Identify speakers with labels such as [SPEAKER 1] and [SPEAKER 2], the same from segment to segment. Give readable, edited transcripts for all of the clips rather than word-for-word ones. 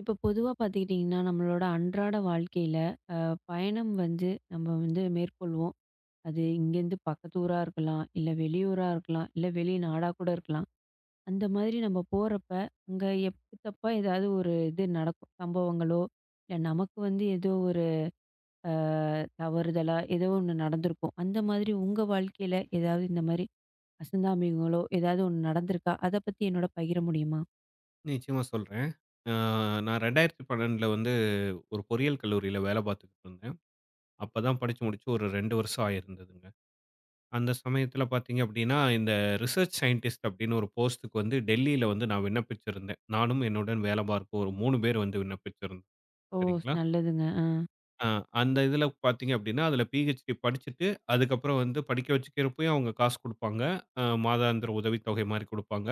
[SPEAKER 1] இப்போ பொதுவா பார்த்துக்கிட்டிங்கன்னா, நம்மளோட அன்றாட வாழ்க்கையில அ பயணம் வந்து நம்ம வந்து மேற்கொள்வோம். அது இங்கேருந்து பக்கத்து ஊரா இருக்கலாம், இல்ல வெளியூரா இருக்கலாம், இல்ல வெளிநாடா கூட இருக்கலாம். அந்த மாதிரி நம்ம போறப்ப, அங்க எப்பு தப்பா ஏதாவது ஒரு இது நடக்கும். சம்பவங்களோ, இல்ல நமக்கு வந்து ஏதோ ஒரு அ தவறுதலா ஏதோ ஒண்ணு நடந்திருக்கும். அந்த மாதிரி உங்க வாழ்க்கையில ஏதாவது இந்த மாதிரி அசந்தாமிகளோ ஏதாவது ஒண்ணு நடந்திருக்கா? அத பத்தி என்னோட பகிர முடியுமா?
[SPEAKER 2] நிச்சயமா சொல்றேன். அ நான் 2012ல வந்து ஒரு பொறியியல் கல்லூரியில வேலை பார்த்துக்கிட்டு இருந்தேன். அப்பதான் படிச்சு முடிச்சு ஒரு 2 வருஷம் ஆயிருந்ததுங்க. அந்த சமயத்துல பார்த்தீங்க அப்டின்னா, இந்த ரிசர்ச் சயின்டிஸ்ட் அப்டின்னு ஒரு போஸ்ட்டுக்கு வந்து டெல்லியில வந்து நான் விண்ணப்பிச்சிருந்தேன். நானும் என்னுடன் வேலை பார்க்க ஒரு 3 பேர் வந்து விண்ணப்பிச்சிருந்தோம்.
[SPEAKER 1] ஓ!
[SPEAKER 2] சரிங்களா?
[SPEAKER 1] நல்லதுங்க. ஆ.
[SPEAKER 2] அ அந்த இதுல பார்த்தீங்க அப்டின்னா, அதுல பிஹெச்டி படிச்சுட்டு, அதுக்கப்புறம் வந்து படிக்க வச்சுக்கிறப்பயும் அவங்க காசு குடுப்பாங்க. மாதாந்திர உதவித்தொகை மாரி குடுப்பாங்க.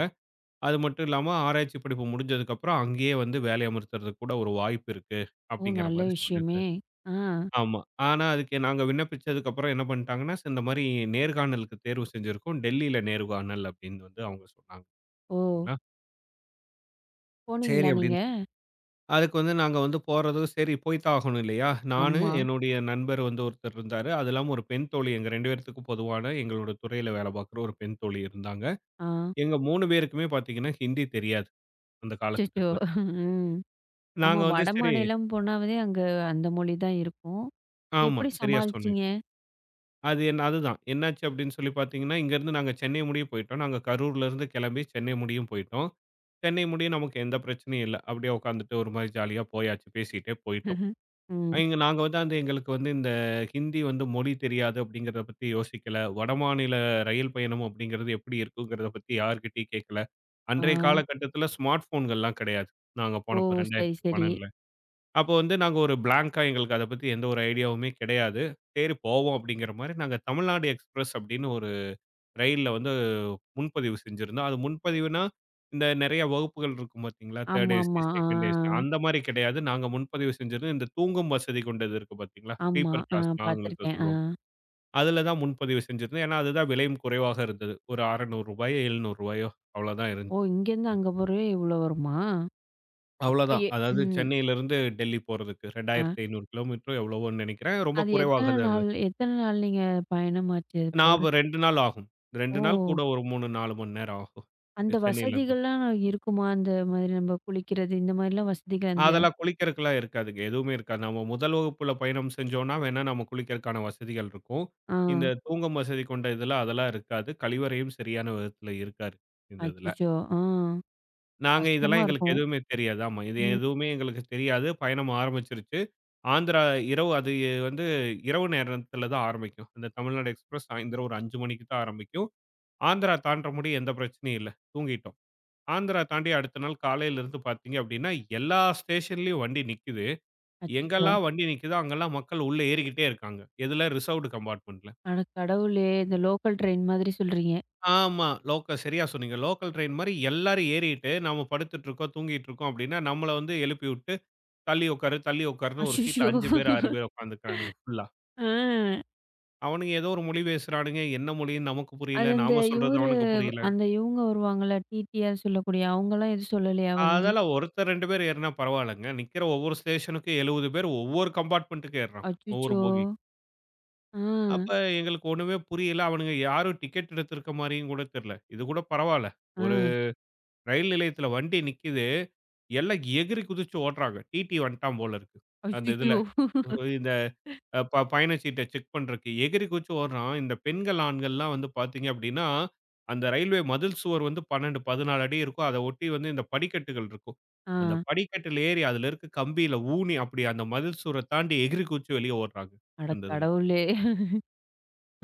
[SPEAKER 2] அது மட்டும் இல்லாம, ஆராய்ச்சி படிப்பு முடிஞ்சதுக்கப்புறம் அங்கேயே வந்து வேலை அமர்த்துறதுக்கு கூட ஒரு வாய்ப்பு இருக்கு,
[SPEAKER 1] ஓ!
[SPEAKER 2] அப்படிங்கிற
[SPEAKER 1] நல்ல
[SPEAKER 2] மாரி
[SPEAKER 1] விஷயமே.
[SPEAKER 2] சொல்லியிருந்தேன்.
[SPEAKER 1] ஆ.
[SPEAKER 2] ஆமா. ஆனா அதுக்கு நாங்க விண்ணப்பிச்சதுக்கப்புறம் என்ன பண்ணிட்டாங்கன்னா, இந்த மாரி நேர்காணலுக்கு தேர்வு செஞ்சிருக்கோம். டெல்லியில நேர்காணல் அப்படின்னு வந்து அவங்க சொன்னாங்க.
[SPEAKER 1] ஓ!
[SPEAKER 2] சரிங்களா? சரி
[SPEAKER 1] போனீங்களா நீங்க?
[SPEAKER 2] அப்படின்னு சொ அதுக்கு வந்து நாங்க வந்து போறதும் சரி போய்த்தான் ஆகணும் இல்லையா? நானு,
[SPEAKER 1] ஆமா.
[SPEAKER 2] என்னுடைய நண்பர் வந்து ஒருத்தர் இருந்தாரு. அது இல்லாம ஒரு பெண் தோழி எங்க 2 பேர்த்துக்கும் பொதுவான எங்களோட துறையில வேலை பார்க்குற ஒரு பெண் தோழி இருந்தாங்க.
[SPEAKER 1] ஆ.
[SPEAKER 2] எங்க 3 பேருக்குமே பார்த்தீங்கன்னா, ஹிந்தி தெரியாது அந்த
[SPEAKER 1] அச்சச்சோ!
[SPEAKER 2] காலகட்டத்தில.
[SPEAKER 1] ம். ஆமா.
[SPEAKER 2] நாங்க வந்து சரி
[SPEAKER 1] வடமாநிலம் போனாவே அங்க அந்த மொழி தான் இருக்கும்.
[SPEAKER 2] ஆமா.
[SPEAKER 1] எப்படி
[SPEAKER 2] சரியா சொன்னீங்க.
[SPEAKER 1] சமாளிச்சீங்க?
[SPEAKER 2] அது என்ன அதுதான். என்னாச்சு அப்படின்னு சொல்லி பார்த்தீங்கன்னா, இங்கருந்து நாங்க சென்னை முடிய போயிட்டோம். நாங்க கரூர்லருந்து கிளம்பி சென்னை முடியும் போயிட்டோம். சென்னை முடிய நமக்கு எந்த பிரச்சனையும் இல்ல. அப்படியே உட்காந்துட்டு ஒரு மாரி ஜாலியா போயாச்சு. பேசிட்டே போயிட்டோம்.
[SPEAKER 1] ம்.
[SPEAKER 2] இங்க நாங்க வந்து அந்த எங்களுக்கு வந்து இந்த ஹிந்தி வந்து மொழி தெரியாது அப்படிங்கிறத பத்தி யோசிக்கல. வடமாநில ரயில் பயணம் அப்படிங்கிறது எப்படி இருக்குங்கிறத பத்தி யார்கிட்டயும் கேட்கல.
[SPEAKER 1] ஆ.
[SPEAKER 2] அன்றைய காலகட்டத்தில ஸ்மார்ட் போன்கள்லாம் கிடையாது. நாங்க
[SPEAKER 1] ஓ!
[SPEAKER 2] போனப்ப
[SPEAKER 1] சரி, சரி.
[SPEAKER 2] 2012. அப்போ வந்து நாங்க ஒரு பிளாங்க்கா எங்களுக்கு அத பத்தி எந்த ஒரு ஐடியாவுமே கிடையாது. சரி போவோம் அப்படிங்கிற மாரி நாங்க தமிழ்நாடு எக்ஸ்பிரஸ் அப்படின்னு ஒரு ரயில்ல வந்து முன்பதிவு செஞ்சிருந்தோம். அது முன்பதிவுனா, இந்த நெறைய வகுப்புகள் இருக்கும் பார்த்தீங்களா? 3 ஏசி,
[SPEAKER 1] ஆமாமா. ஆ,
[SPEAKER 2] செகண்ட் ஏசி
[SPEAKER 1] ஆ.
[SPEAKER 2] அந்த மாரி கிடையாது. நாங்க முன்பதிவு செஞ்சிருந்தோம். இந்த தூங்கும் வசதி கொண்டது இருக்கு பார்த்தீங்களா?
[SPEAKER 1] ஆமா.
[SPEAKER 2] ஸ்லீப்பர்
[SPEAKER 1] ஆ
[SPEAKER 2] கிளாஸ் ஆங்கிலத்துல
[SPEAKER 1] பார்த்துருக்கேன். ஆ.
[SPEAKER 2] சொல்லுவாங்க. அதுல தான் முன்பதிவு செஞ்சிருந்தோம். ஏன்னா, அதுதான் விலையும் குறைவாக இருந்தது. ஒரு ரூ. 600 ரூபாயோ, ரூ. 700 அவ்வளோதான் இருந்துச்சு.
[SPEAKER 1] ஓ! இங்கேருந்து அங்க போறவே இவ்வளோ வருமா?
[SPEAKER 2] அவ்வளோதான்.
[SPEAKER 1] அப்பயே.
[SPEAKER 2] அதாவது
[SPEAKER 1] ம்.
[SPEAKER 2] சென்னையிலிருந்து டெல்லி போறதுக்கு
[SPEAKER 1] ஆ.
[SPEAKER 2] 2500 கிலோமீட்டரோ எவ்வளவோன்னு நெனைக்கிறேன். ரொம்ப
[SPEAKER 1] அது
[SPEAKER 2] குறைவாக
[SPEAKER 1] எத்தன
[SPEAKER 2] தான்
[SPEAKER 1] நாள்
[SPEAKER 2] இருந்தது.
[SPEAKER 1] எத்தன நாள் நீங்க பயணமாச்சு அது
[SPEAKER 2] நான்
[SPEAKER 1] போற
[SPEAKER 2] அப்ப 2 நாள் ஆகும். 2
[SPEAKER 1] ஓ!
[SPEAKER 2] நாள் கூட ஒரு 3, 4 மணி நேரம் ஆகும். இந்த
[SPEAKER 1] அந்த
[SPEAKER 2] சென்னையிலிருந்து.
[SPEAKER 1] வசதிகள்லாம் இருக்குமா? அந்த மாதிரி நம்ம குளிக்கிறது இந்த மாதிரிலாம் வசதிகள் அந்த
[SPEAKER 2] அதெல்லாம் குளிக்கிறதுக்குலாம் இருக்காதுங்க. எதுவுமே இருக்காது. நம்ம முதல் வகுப்புல பயணம் செஞ்சோம்னா வேணா நம்ம குளிக்கிறதுக்கான வசதிகள் இருக்கும்.
[SPEAKER 1] ஆ.
[SPEAKER 2] இந்த தூங்கும் வசதி கொண்ட இதெல்லாம் அதெல்லாம் இருக்காது. கழிவறையும் சரியான விதத்துல இருக்காது. இந்த இதுல.
[SPEAKER 1] அச்சச்சோ! ஆ.
[SPEAKER 2] நாங்க இதெல்லாம்
[SPEAKER 1] கஷ்டமா
[SPEAKER 2] எங்களுக்கு
[SPEAKER 1] இருக்கும்.
[SPEAKER 2] எதுவுமே தெரியாது. ஆமா. இது
[SPEAKER 1] ம்.
[SPEAKER 2] எதுவுமே எங்களுக்கு தெரியாது. பயணம் ஆரம்பிச்சுருச்சு. ஆந்திரா இரவு அது வந்து இரவு நேரத்தில தான் ஆரம்பிக்கும். அந்த தமிழ்நாடு எக்ஸ்பிரஸ் சாயந்திரம் ஒரு 5 மணிக்கு தான் ஆரம்பிக்கும். ஆந்திரா தாண்ட முடி எந்த பிரச்சனையும் இல்ல. தூங்கிட்டோம். ஆந்திரா தாண்டி அடுத்த நாள் காலையிலருந்து பார்த்தீங்க அப்படின்னா, எல்லா ஸ்டேஷன்லயும் வண்டி நிக்குது.
[SPEAKER 1] அச்சச்சோ!
[SPEAKER 2] எங்கெல்லாம் வண்டி நிக்குதோ, அங்கெல்லாம் மக்கள் உள்ள ஏறிக்கிட்டே இருக்காங்க. எதுல? ரிசர்வ்டு கம்பார்ட்மென்ட்ல.
[SPEAKER 1] அட கடவுளே! இந்த லோக்கல் ட்ரெயின் மாதிரி சொல்றீங்க.
[SPEAKER 2] ஆமா. லோக்கல் சரியா சொன்னீங்க. லோக்கல் ட்ரெயின் மாரி எல்லாரும் ஏறிட்டு, நாம படுத்துட்டு இருக்கோம், தூங்கிட்டு இருக்கோம் அப்படின்னா, நம்மள வந்து எழுப்பி விட்டு தள்ளி உட்காரு, தள்ளி உட்காருன்னு ஒரு
[SPEAKER 1] அச்சச்சோ!
[SPEAKER 2] சீட்ல 5 பேர், 6 பேர் உட்காந்துக்கிறானுங்க ஃபுல்லா.
[SPEAKER 1] ஆ.
[SPEAKER 2] அவனுங்க ஏதோ ஒரு மொழி பேசுறானுங்க. என்ன மொழின்னு நமக்கு புரியல.
[SPEAKER 1] அது அந்த
[SPEAKER 2] நாம சொல்றது
[SPEAKER 1] இவரு
[SPEAKER 2] அவனுக்கு புரியல.
[SPEAKER 1] அந்த இவங்க வருவாங்கல்ல, டிடிஆர் சொல்லக்கூடிய அவங்கலாம் எதுவும் சொல்லலையா வந்து?
[SPEAKER 2] அதெல்லாம் ஒருத்தர் 2 பேர் ஏறுனா பரவாயில்லங்க. நிக்கிற ஒவ்வொரு ஸ்டேஷனுக்கும் 70 பேர் ஒவ்வொரு கம்பார்ட்மென்ட்டுக்கு ஏறுறான். ஒவ்வொரு
[SPEAKER 1] அச்சச்சோ!
[SPEAKER 2] போகி.
[SPEAKER 1] ஆ,
[SPEAKER 2] அப்ப எங்களுக்கு ஒண்ணுமே புரியல. அவனுங்க யாரும் டிக்கெட் எடுத்திருக்க மாரியும் கூட தெரியல. இது கூட பரவாயில்ல.
[SPEAKER 1] ஆ.
[SPEAKER 2] ஒரு ரயில் நிலையத்துல வண்டி நிக்குது. எல்லாம் எகிறி குதிச்சு ஓடுறாங்க. டிடி வந்துட்டான் போல இருக்கு. அந்த
[SPEAKER 1] அச்சச்சோ!
[SPEAKER 2] இதுல. இந்த அ ப பயணச்சீட்ட செக் பண்றக்கு எகிறி குதிச்சு ஓடுறான். இந்த பெண்கள், ஆண்கள்லாம் வந்து பார்த்தீங்க அப்படின்னா, அந்த ரயில்வே மதில் சுவர் வந்து 12, 14 அடி இருக்கும். அத ஒட்டி வந்து இந்த படிக்கட்டுகள் இருக்கும்.
[SPEAKER 1] ஆ.
[SPEAKER 2] அந்த படிக்கட்டில ஏறி அதுல இருக்க கம்பியில ஊனி அப்படி அந்த மதில் சுவர தாண்டி எகிறி குதிச்சு வெளிய ஓடுறாங்க.
[SPEAKER 1] அட
[SPEAKER 2] அந்த இதுல.
[SPEAKER 1] கடவுளே!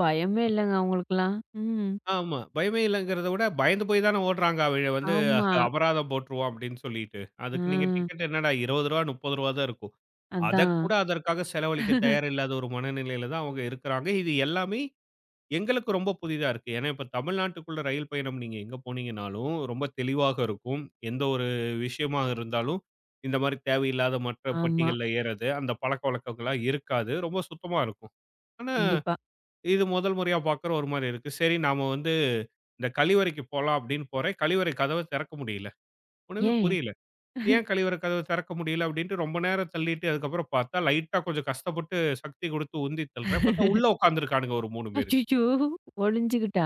[SPEAKER 1] பயமே இல்லங்க அவங்களுக்குலாம். ம்.
[SPEAKER 2] ஆமா. பயமே இல்லங்கிறத விட பயந்து போய் தானே ஓடுறாங்க. அவெங்க வந்து
[SPEAKER 1] ஆமா.
[SPEAKER 2] அபராதம் போட்டுருவோம் அப்படின்னு சொல்லிட்டு. அதுக்கு நீங்க
[SPEAKER 1] ஆ.
[SPEAKER 2] டிக்கெட் என்னடா ரூ. 20 ரூ. 30 தான் இருக்கும்.
[SPEAKER 1] அதான்.
[SPEAKER 2] அதக்கூட அதற்காக செலவழிக்க தயாரில்லாத ஒரு மனநிலையில தான் அவங்க இருக்கிறாங்க. இது எல்லாமே எங்களுக்கு ரொம்ப புதிதா இருக்கு. ஏன்னா, இப்ப தமிழ்நாட்டுக்குள்ள ரயில் பயணம் நீங்க எங்க போனீங்கனாலும், ரொம்ப தெளிவாக இருக்கும். எந்த ஒரு விஷயமா இருந்தாலும், இந்த மாரி தேவையில்லாத மற்ற
[SPEAKER 1] ஆமா.
[SPEAKER 2] பெட்டிகள்ல ஏறது, அந்த பழக்கவழக்கங்கள்லாம் இருக்காது. ரொம்ப சுத்தமா இருக்கும். ஆனா,
[SPEAKER 1] கண்டிப்பா.
[SPEAKER 2] இது முதல் முறையா பார்க்குற ஒரு மாரி இருக்கு. சரி நாம வந்து இந்த கழிவறைக்கு போலாம் அப்படின்னு போறேன். கழிவறை கதவ திறக்க முடியல. ஒண்ணுமே
[SPEAKER 1] ஏன்?
[SPEAKER 2] புரியல. ஏன் கழிவறை கதவ திறக்க முடியல அப்படின்ட்டு ரொம்ப நேரம் தள்ளிட்டு, அதுக்கப்புறம் பார்த்தா லைட்டா கொஞ்சம் கஷ்டப்பட்டு சக்தி கொடுத்து உந்தி தள்ளுறேன். பார்த்தா உள்ள உட்கார்ந்திருக்கானுங்க ஒரு 3 பேரு.
[SPEAKER 1] அச்சச்சோ! ஒளிஞ்சுகிட்டா?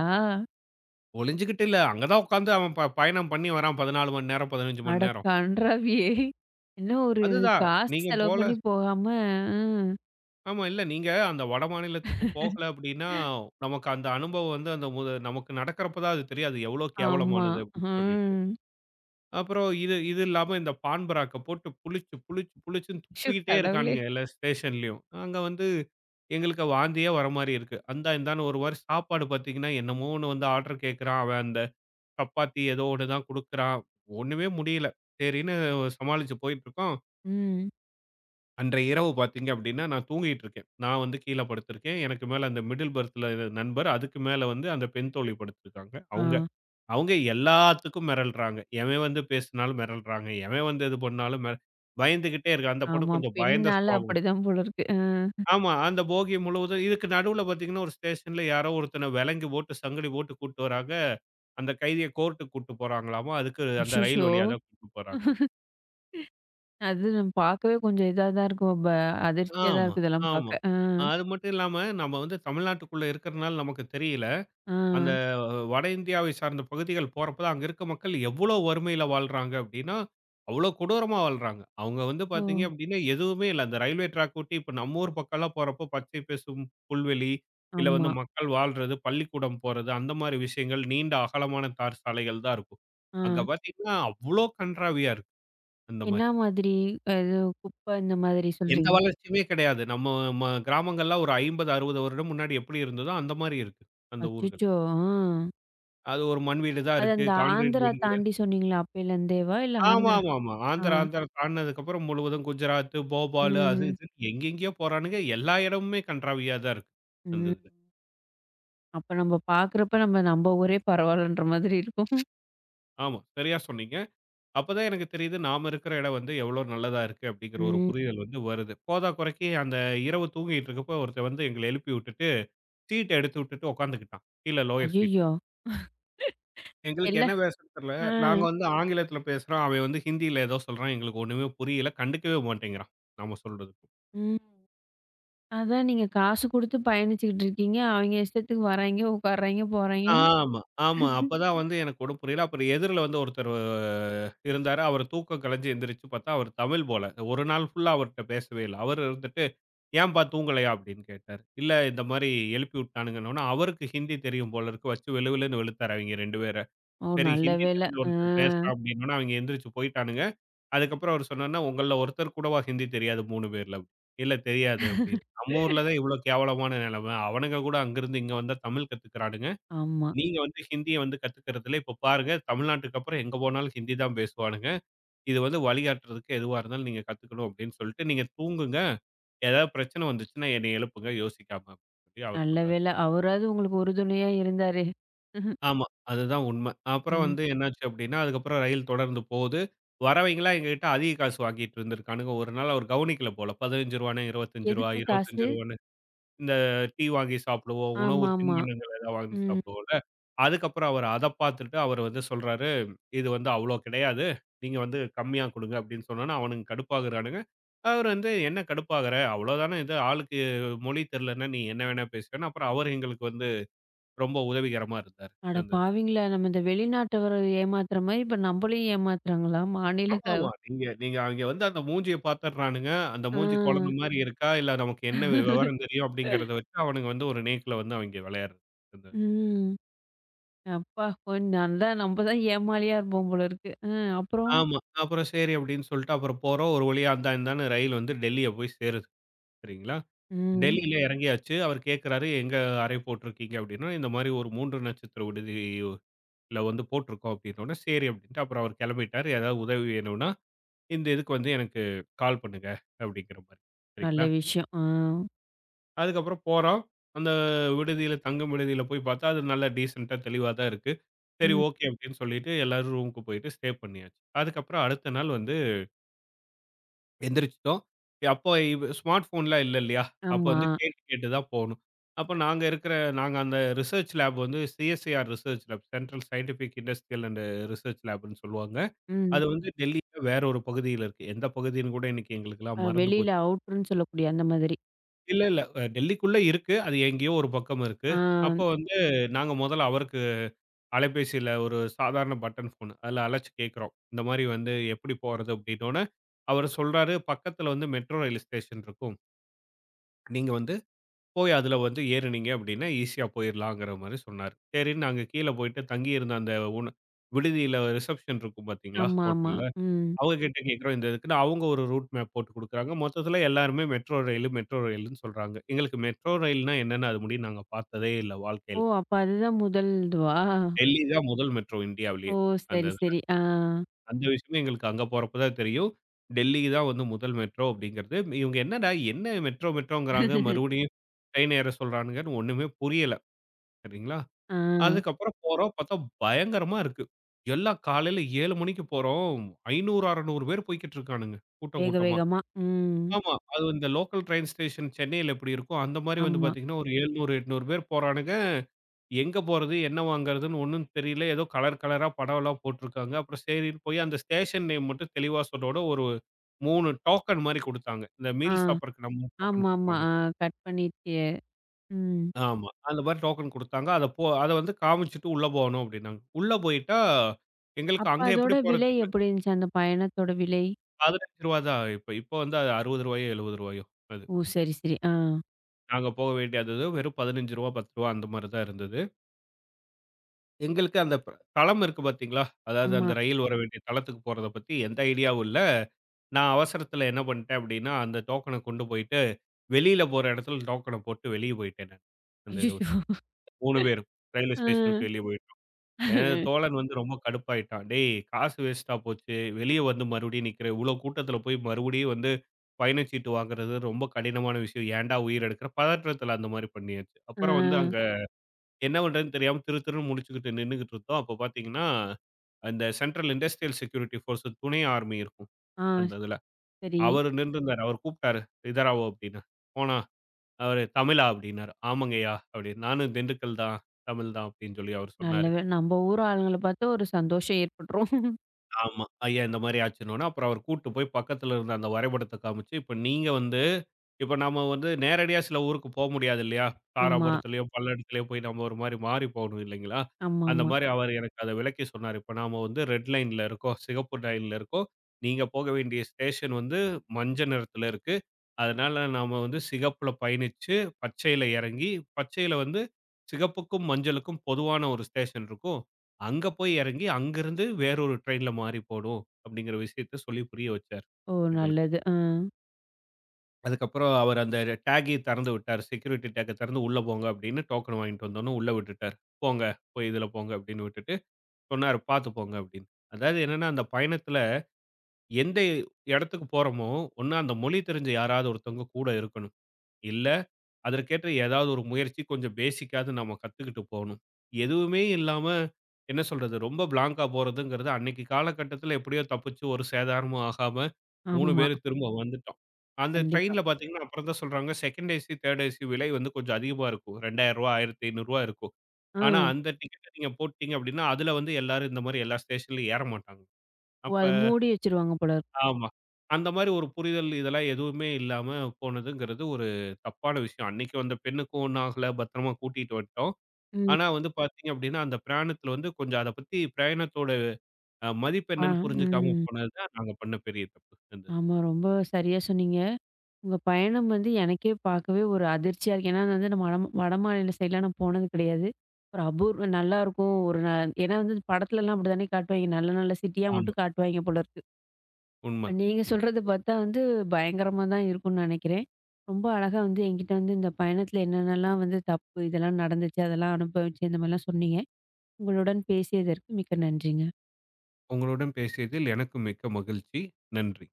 [SPEAKER 2] ஒளிஞ்சுகிட்டு இல்ல. அங்க தான் உட்காந்து அவன் பயணம் பண்ணி வரான் 14 மணி நேரம், 15
[SPEAKER 1] அட
[SPEAKER 2] மணி நேரம்.
[SPEAKER 1] கன்றாவியே! என்ன ஒரு
[SPEAKER 2] அதுதான்.
[SPEAKER 1] காசு
[SPEAKER 2] நீங்க
[SPEAKER 1] செலவு
[SPEAKER 2] போல
[SPEAKER 1] பண்ணி போகாம ம்.
[SPEAKER 2] ஆமா. இல்ல நீங்க அந்த வடமாநிலத்துக்கு போகல அப்டின்னா, நமக்கு அந்த அனுபவம் வந்து அந்த மு நமக்கு நடக்கிறப்ப தான் அது தெரியும். அது எவ்ளோ
[SPEAKER 1] ஆமா.
[SPEAKER 2] கேவலமானது அப்டின்னு சொல்லிட்டு.
[SPEAKER 1] ம்.
[SPEAKER 2] அப்புறம் இது இது இல்லாம இந்த பான் பராக்க போட்டு புளிச்சு, புளிச்சு, புளிச்சுன்னு
[SPEAKER 1] ஷோ
[SPEAKER 2] துப்பிக்கிட்டே
[SPEAKER 1] கடவுளே!
[SPEAKER 2] இருக்கானுங்க எல்லா ஸ்டேஷன்லயும். அங்க வந்து எங்களுக்கு வாந்தியே வர மாரி இருக்கு. அந்தா இந்தான்னு ஒரு வாரி சாப்பாடு பார்த்தீங்கன்னா, என்னமோன்னு வந்து ஆர்டர் கேட்கறான். அவன் அந்த சப்பாத்தி ஏதோ ஒண்ணு தான் குடுக்குறான். ஒண்ணுமே முடியல. சரின்னு சமாளிச்சு போயிட்டுருக்கோம்.
[SPEAKER 1] ம்.
[SPEAKER 2] அன்றைய இரவு பார்த்தீங்க அப்படின்னா, நான் தூங்கிட்டு இருக்கேன். நான் வந்து கீழ படுத்திருக்கேன். எனக்கு மேல அந்த மிடில் பெர்த்ல நண்பர், அதுக்கு மேல வந்து அந்த பெண் தோழி படுத்திருக்காங்க. அவங்க
[SPEAKER 1] ஆ.
[SPEAKER 2] அவங்க எல்லாத்துக்கும் மிரள்றாங்க. எவன் வந்து பேசினாலும் மிரள்றாங்க. எவன் வந்து இது பண்ணாலும் மிர பயந்துகிட்டே இருக்கான். அந்த பொண்ணு
[SPEAKER 1] ஆமா.
[SPEAKER 2] கொஞ்சம் பயந்த
[SPEAKER 1] பெண்ணால
[SPEAKER 2] சுபாவம்.
[SPEAKER 1] அப்படிதான் போல இருக்கு. அ.
[SPEAKER 2] ஆமா. அந்த போகி முழுவதும் இதுக்கு நடுவுல பார்த்தீங்கன்னா, ஒரு ஸ்டேஷன்ல யாரோ ஒருத்தன விலங்கு போட்டு, சங்கிலி போட்டு கூட்டு வராங்க. அந்த கைதிய கோர்ட்டுக்கு கூட்டு போறாங்களாமா. அதுக்கு அந்த ரயில்
[SPEAKER 1] அச்சச்சோ!
[SPEAKER 2] வழியா தான் கூட்டு போறாங்க.
[SPEAKER 1] அது நம்ம பார்க்கவே கொஞ்சம் இதா தான் இருக்கும். ப அதிர்ச்சியா தான்
[SPEAKER 2] ஆமா,
[SPEAKER 1] இருக்கு இதெல்லாம்
[SPEAKER 2] ஆமா.
[SPEAKER 1] பார்க்க. ஆ.
[SPEAKER 2] அது மட்டும் இல்லாம, நம்ம வந்து தமிழ்நாட்டுக்குள்ள இருக்கிறனால நமக்கு தெரியல.
[SPEAKER 1] ஆ.
[SPEAKER 2] அந்த வட இந்தியாவை சார்ந்த பகுதிகள் போறப்ப தான் அங்க இருக்க மக்கள் எவ்வளோ வறுமையில வாழ்றாங்க அப்படின்னா, அவ்வளோ கொடூரமா வாழ்றாங்க. அவங்க வந்து
[SPEAKER 1] ஓ!
[SPEAKER 2] பார்த்தீங்க அப்படின்னா, எதுவுமே இல்ல. அந்த ரயில்வே ட்ராக் விட்டு இப்ப நம்ம ஊர் பக்கம்லாம் போறப்போ பச்சை பசும் புல்வெளி, இல்ல வந்து
[SPEAKER 1] ஆமா.
[SPEAKER 2] மக்கள் வாழ்றது, பள்ளிக்கூடம் போறது, அந்த மாரி விஷயங்கள் நீண்ட அகலமான தார் சாலைகள் தான் இருக்கும். அங்க
[SPEAKER 1] ஆ.
[SPEAKER 2] பார்த்தீங்கன்னா, அவ்வளோ கண்றாவியா இருக்கு அந்த
[SPEAKER 1] என்ன
[SPEAKER 2] மாரி.
[SPEAKER 1] மாதிரி? அது குப்பை இந்த மாதிரி
[SPEAKER 2] எந்த
[SPEAKER 1] சொல்றீங்க?
[SPEAKER 2] வளர்ச்சியுமே கிடையாது. நம்ம கிராமங்கள்லாம் ஒரு 50, 60 வருடம் முன்னாடி எப்படி இருந்ததோ அந்த மாரி இருக்கு அந்த ஊர்கள்.
[SPEAKER 1] அச்சச்சோ! ஆ.
[SPEAKER 2] அது ஒரு மண் வீடு தான்
[SPEAKER 1] அது
[SPEAKER 2] இருக்கு.
[SPEAKER 1] அந்த
[SPEAKER 2] கான்கிரீட்
[SPEAKER 1] ஆந்திரா
[SPEAKER 2] வீடுகள்
[SPEAKER 1] தாண்டி சொன்னீங்களா? அப்பயிலேருந்தேவா? இல்ல
[SPEAKER 2] ஆமா,
[SPEAKER 1] ஆந்திரா?
[SPEAKER 2] ஆமா, ஆமா.
[SPEAKER 1] ஆ.
[SPEAKER 2] ஆந்திரா, ஆந்திரா தாண்டுனதுக்கப்புறம் முழுவதும் குஜராத், போபால் அது ம்.
[SPEAKER 1] ம்.
[SPEAKER 2] இதுன்னு எங்கெங்கேயோ போறானுங்க. எல்லா இடமுமே கண்றாவியா தான் இருக்கு. அந்த
[SPEAKER 1] ம்.
[SPEAKER 2] இதுல.
[SPEAKER 1] அப்ப நம்ம பார்க்குறப்ப நம்ம நம்ம ஊரே பரவாயில்லன்ற மாதிரி இருக்கும்.
[SPEAKER 2] ஆமா, சரியா சொன்னீங்க. அப்பதான் எனக்கு தெரியுது நாம இருக்கிற இடம் வந்து எவ்ளோ நல்லதா இருக்கு அப்படிங்கிற ஒரு
[SPEAKER 1] ம்.
[SPEAKER 2] புரிதல் வந்து வருது. போதா குறைக்கு அந்த இரவு தூங்கிட்டு இருக்கப்போ ஒருத்தன் வந்து எங்கள எழுப்பி விட்டுட்டு, சீட்ட எடுத்து விட்டுட்டு உட்காந்துக்கிட்டான். கீழ லோயர் சீட்ல.
[SPEAKER 1] ஐயய்யோ!
[SPEAKER 2] எங்களுக்கு
[SPEAKER 1] இல்ல.
[SPEAKER 2] என்ன பேசன்னு தெரியல.
[SPEAKER 1] ஆ.
[SPEAKER 2] நாங்க வந்து ஆங்கிலத்தில பேசுறோம். அவன் வந்து ஹிந்தியில ஏதோ சொல்றான். எங்களுக்கு ஒண்ணுமே புரியல. கண்டுக்கவே மாட்டேங்கிறான். நாம சொல்றது.
[SPEAKER 1] ம். அதான் நீங்க காசு குடுத்து பயணிச்சுக்கிட்டு இருக்கீங்க. அவைங்க இஷ்டத்துக்கு வராய்ங்க, உட்கார்றாய்ங்க, போறாய்ங்க.
[SPEAKER 2] ஆமா, ஆமா. அப்பதான் வந்து எனக்கு ஒண்ணும் புரியல. அப்புறம் எதிர்ல வந்து ஒருத்தர் இருந்தாரு. அவரு தூக்கம் கலஞ்சு எந்திரிச்சு பார்த்தா, அவரு தமிழ் போல. ஒரு நாள் ஃபுல்லா அவர்ட்ட பேசவே இல்ல. அவரு இருந்துட்டு, "ஏம்பா தூங்கலையா?" அப்படின்னு கேட்டாரு. இல்ல இந்த மாரி எழுப்பி விட்டானுங்கன்னோன, அவருக்கு ஹிந்தி தெரியும் போல இருக்கு. வச்சு வெளு வெளுன்னு வெளுத்தாரு அவிங்க 2 பேர.
[SPEAKER 1] ஓ!
[SPEAKER 2] சரி
[SPEAKER 1] நல்ல
[SPEAKER 2] ஹிந்தி
[SPEAKER 1] வேள.
[SPEAKER 2] தெரிஞ்ச
[SPEAKER 1] ஆ.
[SPEAKER 2] ஒருத்தர் பேசுறான் அப்படின்னோன, அவிங்க எந்திரிச்சு போயிட்டானுங்க. அதுக்கப்புறம் அவரு சொன்னாருன்னா, "உங்கள்ல ஒருத்தர் கூடவா ஹிந்தி தெரியாது 3 பேர்ல?" "இல்ல தெரியாது" அப்படின்னு. நம்ம ஊர்ல தான் இவ்வளோ கேவலமான நிலைமை. அவனுங்க கூட அங்கிருந்து இங்க வந்தா தமிழ் கத்துக்கிறானுங்க.
[SPEAKER 1] ஆமா.
[SPEAKER 2] நீங்க வந்து ஹிந்திய வந்து கத்துக்கிறதுல இப்ப பாருங்க, தமிழ்நாட்டுக்கு அப்புறம் எங்க போனாலும் ஹிந்தி தான் பேசுவானுங்க. இது வந்து வழிகாட்டுறதுக்கு எதுவா இருந்தாலும் நீங்க கத்துக்கணும் அப்படின்னு சொல்லிட்டு, நீங்க தூங்குங்க. ஏதாவது பிரச்சனை வந்துச்சுன்னா என்னைய எழுப்புங்க யோசிக்காம அப்படின்னு சொல்லி அவரு
[SPEAKER 1] நல்ல
[SPEAKER 2] சொன்னாரு.
[SPEAKER 1] வேள. அவராவது உங்களுக்கு உறுதுணையா இருந்தாரே.
[SPEAKER 2] ஆமா, அதுதான் உண்மை. அப்புறம்
[SPEAKER 1] ம்.
[SPEAKER 2] வந்து என்னாச்சு அப்படின்னா, அதுக்கப்புறம் ரயில் தொடர்ந்து போகுது. வரவைங்கலாம் எங்ககிட்ட அதிக காசு வாங்கிட்டு இருந்திருக்கானுங்க. ஒரு நாள் அவர் கவனிக்கல போல. ரூ. 15 20 ரூ.
[SPEAKER 1] எதுக்கு காசு?
[SPEAKER 2] 25 இந்த டீ வாங்கி சாப்பிடுவோம். உணவு
[SPEAKER 1] ஆமாமா.
[SPEAKER 2] தின்பண்டங்கள் ஏதாவது வாங்கி
[SPEAKER 1] ம்.
[SPEAKER 2] சாப்பிடுவோம்ல. அதுக்கப்புறம் அவரு அத பார்த்துட்டு அவரு வந்து சொல்றாரு, "இது வந்து அவ்ளோ கிடையாது. நீங்க வந்து கம்மியா குடுங்க" அப்படின்னு சொன்னோனே அவனுங்க கடுப்பாகுறானுங்க. அவரு வந்து, "என்ன கடுப்பாகுற? அவ்வளோதானே இது. ஆளுக்கு மொழி தெரியலன்னா நீ என்ன வேணா பேசுவேன்னு" அப்புறம் அவரு எங்களுக்கு வந்து ரொம்ப உதவிகரமா இருந்தாரு.
[SPEAKER 1] அட
[SPEAKER 2] அந்த
[SPEAKER 1] பாவிங்களா! நம்ம இந்த வெளிநாட்டவர ஏமாத்துற மாரி இப்ப நம்மளையும் ஏமாத்துறாங்களா? மாநில க
[SPEAKER 2] ஆமாமா. நீங்க நீங்க அங்க வந்து அந்த மூஞ்சிய பார்த்துடுறானுங்க. அந்த
[SPEAKER 1] ஆ.
[SPEAKER 2] மூஞ்சி குழந்தை மாரி இருக்கா, இல்ல நமக்கு என்ன விவரம் தெரியும் அப்படிங்கிறத வச்சு அவனுங்க வந்து ஒரு நேக்குல வந்து அவிங்க விளையாடுறது.
[SPEAKER 1] ம். அப்பா! கொஞ்ச நான் தான் நம்ம தான் ஏமாளியா இருப்போம் போல இருக்கு. அ அப்புறம்?
[SPEAKER 2] ஆமா. அப்புறம் சரி அப்படின்னு சொல்லிட்டு அப்புறம் போறோம். ஒரு வழியா அந்தான் இந்தான்னு ரயில் வந்து டெல்லிய போய் சேருது. சரிங்களா?
[SPEAKER 1] ம்.
[SPEAKER 2] டெல்லியில எறங்கியாச்சு. அவர் கேட்கறாரு, "எங்க அறை போட்டிருக்கீங்க?" அப்படின்னா, "இந்த மாரி ஒரு 3 நட்சத்திர விடுதியில வந்து போட்டிருக்கோம்." அப்படின்னோனே, "சரி" அப்படின்ட்டு அப்புறம் அவர் கெளம்பிட்டாரு. "ஏதாவது உதவி வேணும்னா, இந்த இதுக்கு வந்து எனக்கு கால் பண்ணுங்க." அப்படிங்கிற மாரி.
[SPEAKER 1] நல்ல
[SPEAKER 2] சரிங்களா?
[SPEAKER 1] விஷயம். ஆ.
[SPEAKER 2] அதுக்கப்புறம் போறோம். அந்த விடுதியில தங்கும் விடுதியில போய் பார்த்தா, அது நல்லா டீசென்ட்டா தெளிவா தான் இருக்கு. சரி,
[SPEAKER 1] ம்.
[SPEAKER 2] ஓகே அப்படின்னு சொல்லிட்டு எல்லாரும் ரூமுக்கு போயிட்டு ஸ்டே பண்ணியாச்சு. அதுக்கப்புறம் அடுத்த நாள் வந்து எந்திரிச்சுட்டோம். அப்போ ஸ்மார்ட் ஃபோன்லாம் இல்ல இல்லையா? அப்போ
[SPEAKER 1] ஆமா.
[SPEAKER 2] வந்து கேட்டு கேட்டு தான் போணும். அப்போ நாங்க அந்த ரிசர்ச் லேப் வந்து CSIR research lab central scientific industrial and research லேப்ன்னு சொல்லுவாங்க.
[SPEAKER 1] ம்.
[SPEAKER 2] அது வந்து டெல்லியில வேற ஒரு பகுதியில இருக்கு. எந்த பகுதின்னு கூட இன்னைக்கு எங்களுக்கெல்லாம்
[SPEAKER 1] அ
[SPEAKER 2] மறந்து
[SPEAKER 1] வெளியில
[SPEAKER 2] போச்சு.
[SPEAKER 1] அவுட்ருன்னு சொல்லக்கூடிய அந்த மாதிரி.
[SPEAKER 2] இல்ல இல்ல டெல்லிக்குள்ள இருக்கு. அது எங்கேயோ ஒரு பக்கம் இருக்கு.
[SPEAKER 1] ஆ.
[SPEAKER 2] அப்போ வந்து நாங்க முதல்ல அவருக்கு அலைபேசியில ஒரு சாதாரண பட்டன் ஃபோன். அதில அழைச்சு கேட்கிறோம். இந்த மாரி வந்து எப்படி போறது அப்படின்னோன, அவரு சொல்றாரு, பக்கத்தில வந்து மெட்ரோ ரயில் ஸ்டேஷன் இருக்கும். நீங்க வந்து போய் அதுல வந்து ஏறுனீங்க அப்படின்னா ஈஸியா போயிரலாங்கிற மாதிரி சொன்னாரு. சரின்னு நாங்க கீழ போயிட்டு தங்கியிருந்த அந்த உண விடுதியில ரிசப்ஷன் இருக்கும் பார்த்தீங்களா?
[SPEAKER 1] ஆமா, ஆமா.
[SPEAKER 2] ஹோட்டல்ல.
[SPEAKER 1] ம்.
[SPEAKER 2] அவங்க கிட்ட கேட்கிறோம் இந்த இதுக்குன்னு. அவங்க ஒரு ரூட் மேப் போட்டு குடுக்குறாங்க. மொத்தத்துல எல்லாருமே மெட்ரோ ரயிலு, மெட்ரோ ரயில்ன்னு சொல்றாங்க. எங்களுக்கு மெட்ரோ ரயில்னா என்னன்னு அது முடியும் நாங்க பார்த்ததே இல்ல
[SPEAKER 1] ஓ!
[SPEAKER 2] வாழ்க்கையில.
[SPEAKER 1] அப்ப அதுதான் முதல் இதுவா?
[SPEAKER 2] டெல்லி தான் முதல் மெட்ரோ இந்தியாவிலேயே.
[SPEAKER 1] ஓ!
[SPEAKER 2] அந்த
[SPEAKER 1] சரி,
[SPEAKER 2] இதுல.
[SPEAKER 1] சரி. ஆ.
[SPEAKER 2] அந்த விஷயமே எங்களுக்கு அங்க போறப்ப தான் தெரியும். டெல்லி தான் வந்து முதல் மெட்ரோ அப்படிங்கிறது. இவங்க என்னடா என்ன மெட்ரோ மெட்ரோங்கிறாங்க மறுபடியும் ட்ரெயின் ஏற சொல்றானுங்கன்னு ஒண்ணுமே புரியல. சரிங்களா?
[SPEAKER 1] ஆ.
[SPEAKER 2] அதுக்கப்புறம் போறோம். பார்த்தா பயங்கரமா இருக்கு. எல்லாம் காலையில 7 மணிக்கு போறோம். 500, 600 பேர் போய்க்கிட்டு இருக்கானுங்க. கூட்டம்
[SPEAKER 1] வேக
[SPEAKER 2] கூட்டமா.
[SPEAKER 1] வேகமா. ம்.
[SPEAKER 2] ஆமா. அது இந்த லோக்கல் ட்ரெயின் ஸ்டேஷன் சென்னையில எப்படி இருக்கோ, அந்த மாரி வந்து
[SPEAKER 1] ஆமா.
[SPEAKER 2] பார்த்தீங்கன்னா, ஒரு 700, 800 பேர் போறானுங்க. எங்க போறது? என்ன வாங்குறதுன்னு ஒண்ணும் தெரியல. ஏதோ கலர் கலரா படம்லாம் போட்டிருக்காங்க. அப்புறம் சரின்னு போய் அந்த ஸ்டேஷன் நேம் மட்டும் தெளிவா சொன்னோன ஒரு 3 டோக்கன் மாரி குடுத்தாங்க. இந்த
[SPEAKER 1] ஆ.
[SPEAKER 2] மீல் சாப்பிடறக்கு நம்ம டோக்கன்
[SPEAKER 1] ஆமாமா.
[SPEAKER 2] குடுப்பாங்க.
[SPEAKER 1] ஆ கட் பண்ணிட்டு. ம்.
[SPEAKER 2] ஆமா. அந்த மாரி டோக்கன் குடுத்தாங்க. அத போ அத வந்து காமிச்சுட்டு உள்ள போணும் அப்டின்னாங்க. உள்ள போயிட்டா, எங்களுக்கு
[SPEAKER 1] அப்ப
[SPEAKER 2] அங்க எப்படி
[SPEAKER 1] அதோட
[SPEAKER 2] போறதுன்னு
[SPEAKER 1] விலை
[SPEAKER 2] தெரியல.
[SPEAKER 1] எப்படி இருந்துச்சு? அந்த பயணத்தோட விலை?
[SPEAKER 2] ரூ. 15 தான். இப்ப இப்ப வந்து அது ரூ. 60 ரூ. 70 அது.
[SPEAKER 1] ஓ! சரி, சரி. ஆ.
[SPEAKER 2] நாங்க போக வேண்டியது வெறும் ரூ. 15 ரூ. 10 அந்த மாரி தான் இருந்தது. எங்களுக்கு அந்த தளம் இருக்கு பார்த்தீங்களா? அதாவது
[SPEAKER 1] ஆமா.
[SPEAKER 2] அந்த ரயில் வர வேண்டிய தளத்துக்கு போறத பத்தி எந்த ஐடியாவும் இல்ல. நான் அவசரத்துல என்ன பண்ணிட்டேன் அப்டின்னா, அந்த டோக்கன கொண்டு போயிட்டு, வெளியில போற இடத்துல டோக்கன போட்டு வெளிய போயிட்டேன் நான். அந்த இத
[SPEAKER 1] அச்சச்சோ!
[SPEAKER 2] விட்டு. 3 பேரும் ரயில்வே
[SPEAKER 1] ஆ.
[SPEAKER 2] ஸ்டேஷன் விட்டு வெளிய போயிட்டோம். எனது தோழன் வந்து ரொம்ப கடுப்பாயிட்டான். "டேய்! காசு வேஸ்ட்டா போச்சு. வெளிய வந்து மறுபடியும் நிக்கிற. இவ்ளோ கூட்டத்துல போய் மறுபடியும் வந்து பயணச்சீட்டு வாங்குறது ரொம்ப கடினமான விஷயம். ஏன்டா உயிர் எடுக்கிற?" பதற்றத்துல அந்த மாரி பண்ணியாச்சு.
[SPEAKER 1] ஆ.
[SPEAKER 2] அப்புறம் வந்து அங்க என்ன பண்றதுன்னு தெரியாம திரு திருன்னு முழிச்சுக்கிட்டு நின்னுகிட்டு இருந்தோம். அப்ப பாத்தீங்கன்னா, அந்த சென்ட்ரல் இண்டஸ்ட்ரியல் செக்யூரிட்டி ஃபோர்ஸ் துணை ஆர்மி இருக்கும்
[SPEAKER 1] ஆ.
[SPEAKER 2] அந்த இதுல.
[SPEAKER 1] சரி.
[SPEAKER 2] அவரு நின்னுருந்தாரு. அவரு கூப்ட்டாரு. "இதராவோ" அப்படின்னு. போனா அவரு "தமிழா?" அப்படின்னாரு. "ஆமாங்கய்யா" அப்படின்னு. "நானும் திண்டுக்கல் தான். தமிழ் தான்" அப்படின்னு சொல்லி அவரு
[SPEAKER 1] நல்ல
[SPEAKER 2] சொன்னாரு.
[SPEAKER 1] வேள நம்ம ஊர் ஆளுங்கள பாத்து ஒரு சந்தோஷம் ஏற்பட்டுரும்.
[SPEAKER 2] ஆமா. ஐயா இந்த மாரி ஆச்சுன்னோனே, அப்புறம் அவரு கூட்டு போய் பக்கத்துல இருந்த அந்த வரைபடத்த காமிச்சு, இப்ப நம்ம வந்து நேரடியா சில ஊருக்கு போ முடியாது இல்லையா?
[SPEAKER 1] ஆமா.
[SPEAKER 2] தாராபுரத்துலயோ, பல்லடத்துலயோ போய் நம்ம ஒரு மாரி மாறி போகணும் இல்லைங்களா? அந்த
[SPEAKER 1] ஆமாமா.
[SPEAKER 2] மாரி அவரு எனக்கு அத விளக்கி சொன்னாரு. இப்ப நாம வந்து ரெட் லைன்ல இருக்கோம், சிகப்பு லைன்ல இருக்கோம். நீங்க போக வேண்டிய ஸ்டேஷன் வந்து மஞ்ச நிறத்துல இருக்கு. அதனால நாம வந்து சிகப்புல பயணிச்சு, பச்சையில இறங்கி, பச்சையில வந்து சிகப்புக்கும், மஞ்சளுக்கும் பொதுவான ஒரு ஸ்டேஷன் இருக்கும். அங்க போய் இறங்கி, அங்கிருந்து வேறொரு ட்ரெயின்ல மாறி போணும் அப்படிங்கிற விஷயத்த சொல்லி புரிய வச்சாரு
[SPEAKER 1] ஓ!
[SPEAKER 2] எங்களுக்கு.
[SPEAKER 1] நல்லது. ஆ.
[SPEAKER 2] அதுக்கப்புறம் அவர் அந்த டேக்கையே திறந்து விட்டாரு. செக்யூரிட்டி டேக்க திறந்து உள்ள போங்க அப்படின்னு டோக்கன் வாங்கிட்டு வந்தோனே உள்ள விட்டுட்டாரு. போங்க, போய் இதுல போங்க அப்படின்னு விட்டுட்டு சொன்னாரு, பார்த்து போங்க அப்படின்னு. அதாவது என்னன்னா, அந்த பயணத்துல எந்த இடத்துக்கு போறோமோ, ஒண்ணு அந்த மொழி தெரிஞ்ச யாராவது ஒருத்தவங்க கூட இருக்கணும். இல்ல அதற்கேற்ற ஏதாவது ஒரு முயற்சி கொஞ்சம் பேசிக்காவது நம்ம கத்துக்கிட்டு போணும். எதுவுமே இல்லாம என்ன சொல்றது? ரொம்ப பிளாங்க்கா போறதுங்கிறது அன்னைக்கு காலகட்டத்தில எப்படியோ தப்பிச்சு ஒரு சேதாரமும் ஆகாம 3
[SPEAKER 1] ஆமா.
[SPEAKER 2] பேரு திரும்ப வந்துட்டோம். அந்த
[SPEAKER 1] கண்டிப்பா.
[SPEAKER 2] ட்ரெயின்ல பார்த்தீங்கன்னா, அப்புறம் தான் சொல்றாங்க 2ண்ட் ஏசி, 3ர்ட் ஏசி விலை வந்து கொஞ்சம் அதிகமா இருக்கும். ரூ. 2000 ரூ. 1500 இருக்கும்.
[SPEAKER 1] ஆ.
[SPEAKER 2] ஆனா அந்த டிக்கெட்ட நீங்க போட்டீங்க அப்படின்னா, அதுல வந்து எல்லாரும் இந்த மாரி எல்லா ஸ்டேஷன்லயும் ஏற மாட்டாங்க.
[SPEAKER 1] ஓ!
[SPEAKER 2] அப்ப
[SPEAKER 1] அது மூடி வச்சுருவாங்க போல இருக்கு.
[SPEAKER 2] ஆமா. அந்த மாரி ஒரு புரிதல் இதெல்லாம் எதுவுமே இல்லாம போனதுங்கிறது ஒரு தப்பான விஷயம். அன்னைக்கு அந்த பெண்ணுக்கும் ஒண்ணும் ஆகல. பத்திரமா கூட்டிட்டு வந்துட்டோம்.
[SPEAKER 1] ம்.
[SPEAKER 2] ஆனா வந்து பார்த்தீங்க அப்டின்னா, அந்த பிரயாணத்துல வந்து கொஞ்சம் அத பத்தி பிரயாணத்தோட மதிப்பு
[SPEAKER 1] ஆ.
[SPEAKER 2] என்னன்னு புரிஞ்சுக்காம
[SPEAKER 1] ம்.
[SPEAKER 2] போனது தான் நாங்க பண்ண பெரிய தப்பு. அந்த
[SPEAKER 1] ஆமா. ரொம்ப சரியா சொன்னீங்க. உங்க பயணம் வந்து எனக்கே பாக்கவே ஒரு அதிர்ச்சியா இருக்கு. ஏன்னா, நான் வந்து நம்ம வட வடமாநில சைட்லாம் நான் போனது கிடையாது. ஒரு அபூர்வ நல்லாருக்கும். ஒரு ந ஏன்னா வந்து படத்துலலாம் அப்படித்தானே காட்டுவாய்ங்க. நல்ல நல்ல சிட்டியா
[SPEAKER 2] ஆமா.
[SPEAKER 1] மட்டும் காட்டுவாய்ங்க போல இருக்கு.
[SPEAKER 2] உண்மதான்.
[SPEAKER 1] நீங்க
[SPEAKER 2] உண்ம.
[SPEAKER 1] சொல்றது பார்த்தா வந்து பயங்கரமா தான் இருக்கும்னு நினைக்கிறேன். ரொம்ப அழகா வந்து என்கிட்ட வந்து இந்த பயணத்துல என்னென்னலாம் வந்து தப்பு இதெல்லாம் நடந்துச்சு, அதெல்லாம் அனுபவிச்சு இந்த மாதிரிலாம் சொன்னீங்க. உங்களுடன் பேசியதற்கு மிக்க நன்றிங்க.
[SPEAKER 2] உங்களுடன் பேசியதில் எனக்கு மிக்க மகிழ்ச்சி. நன்றி.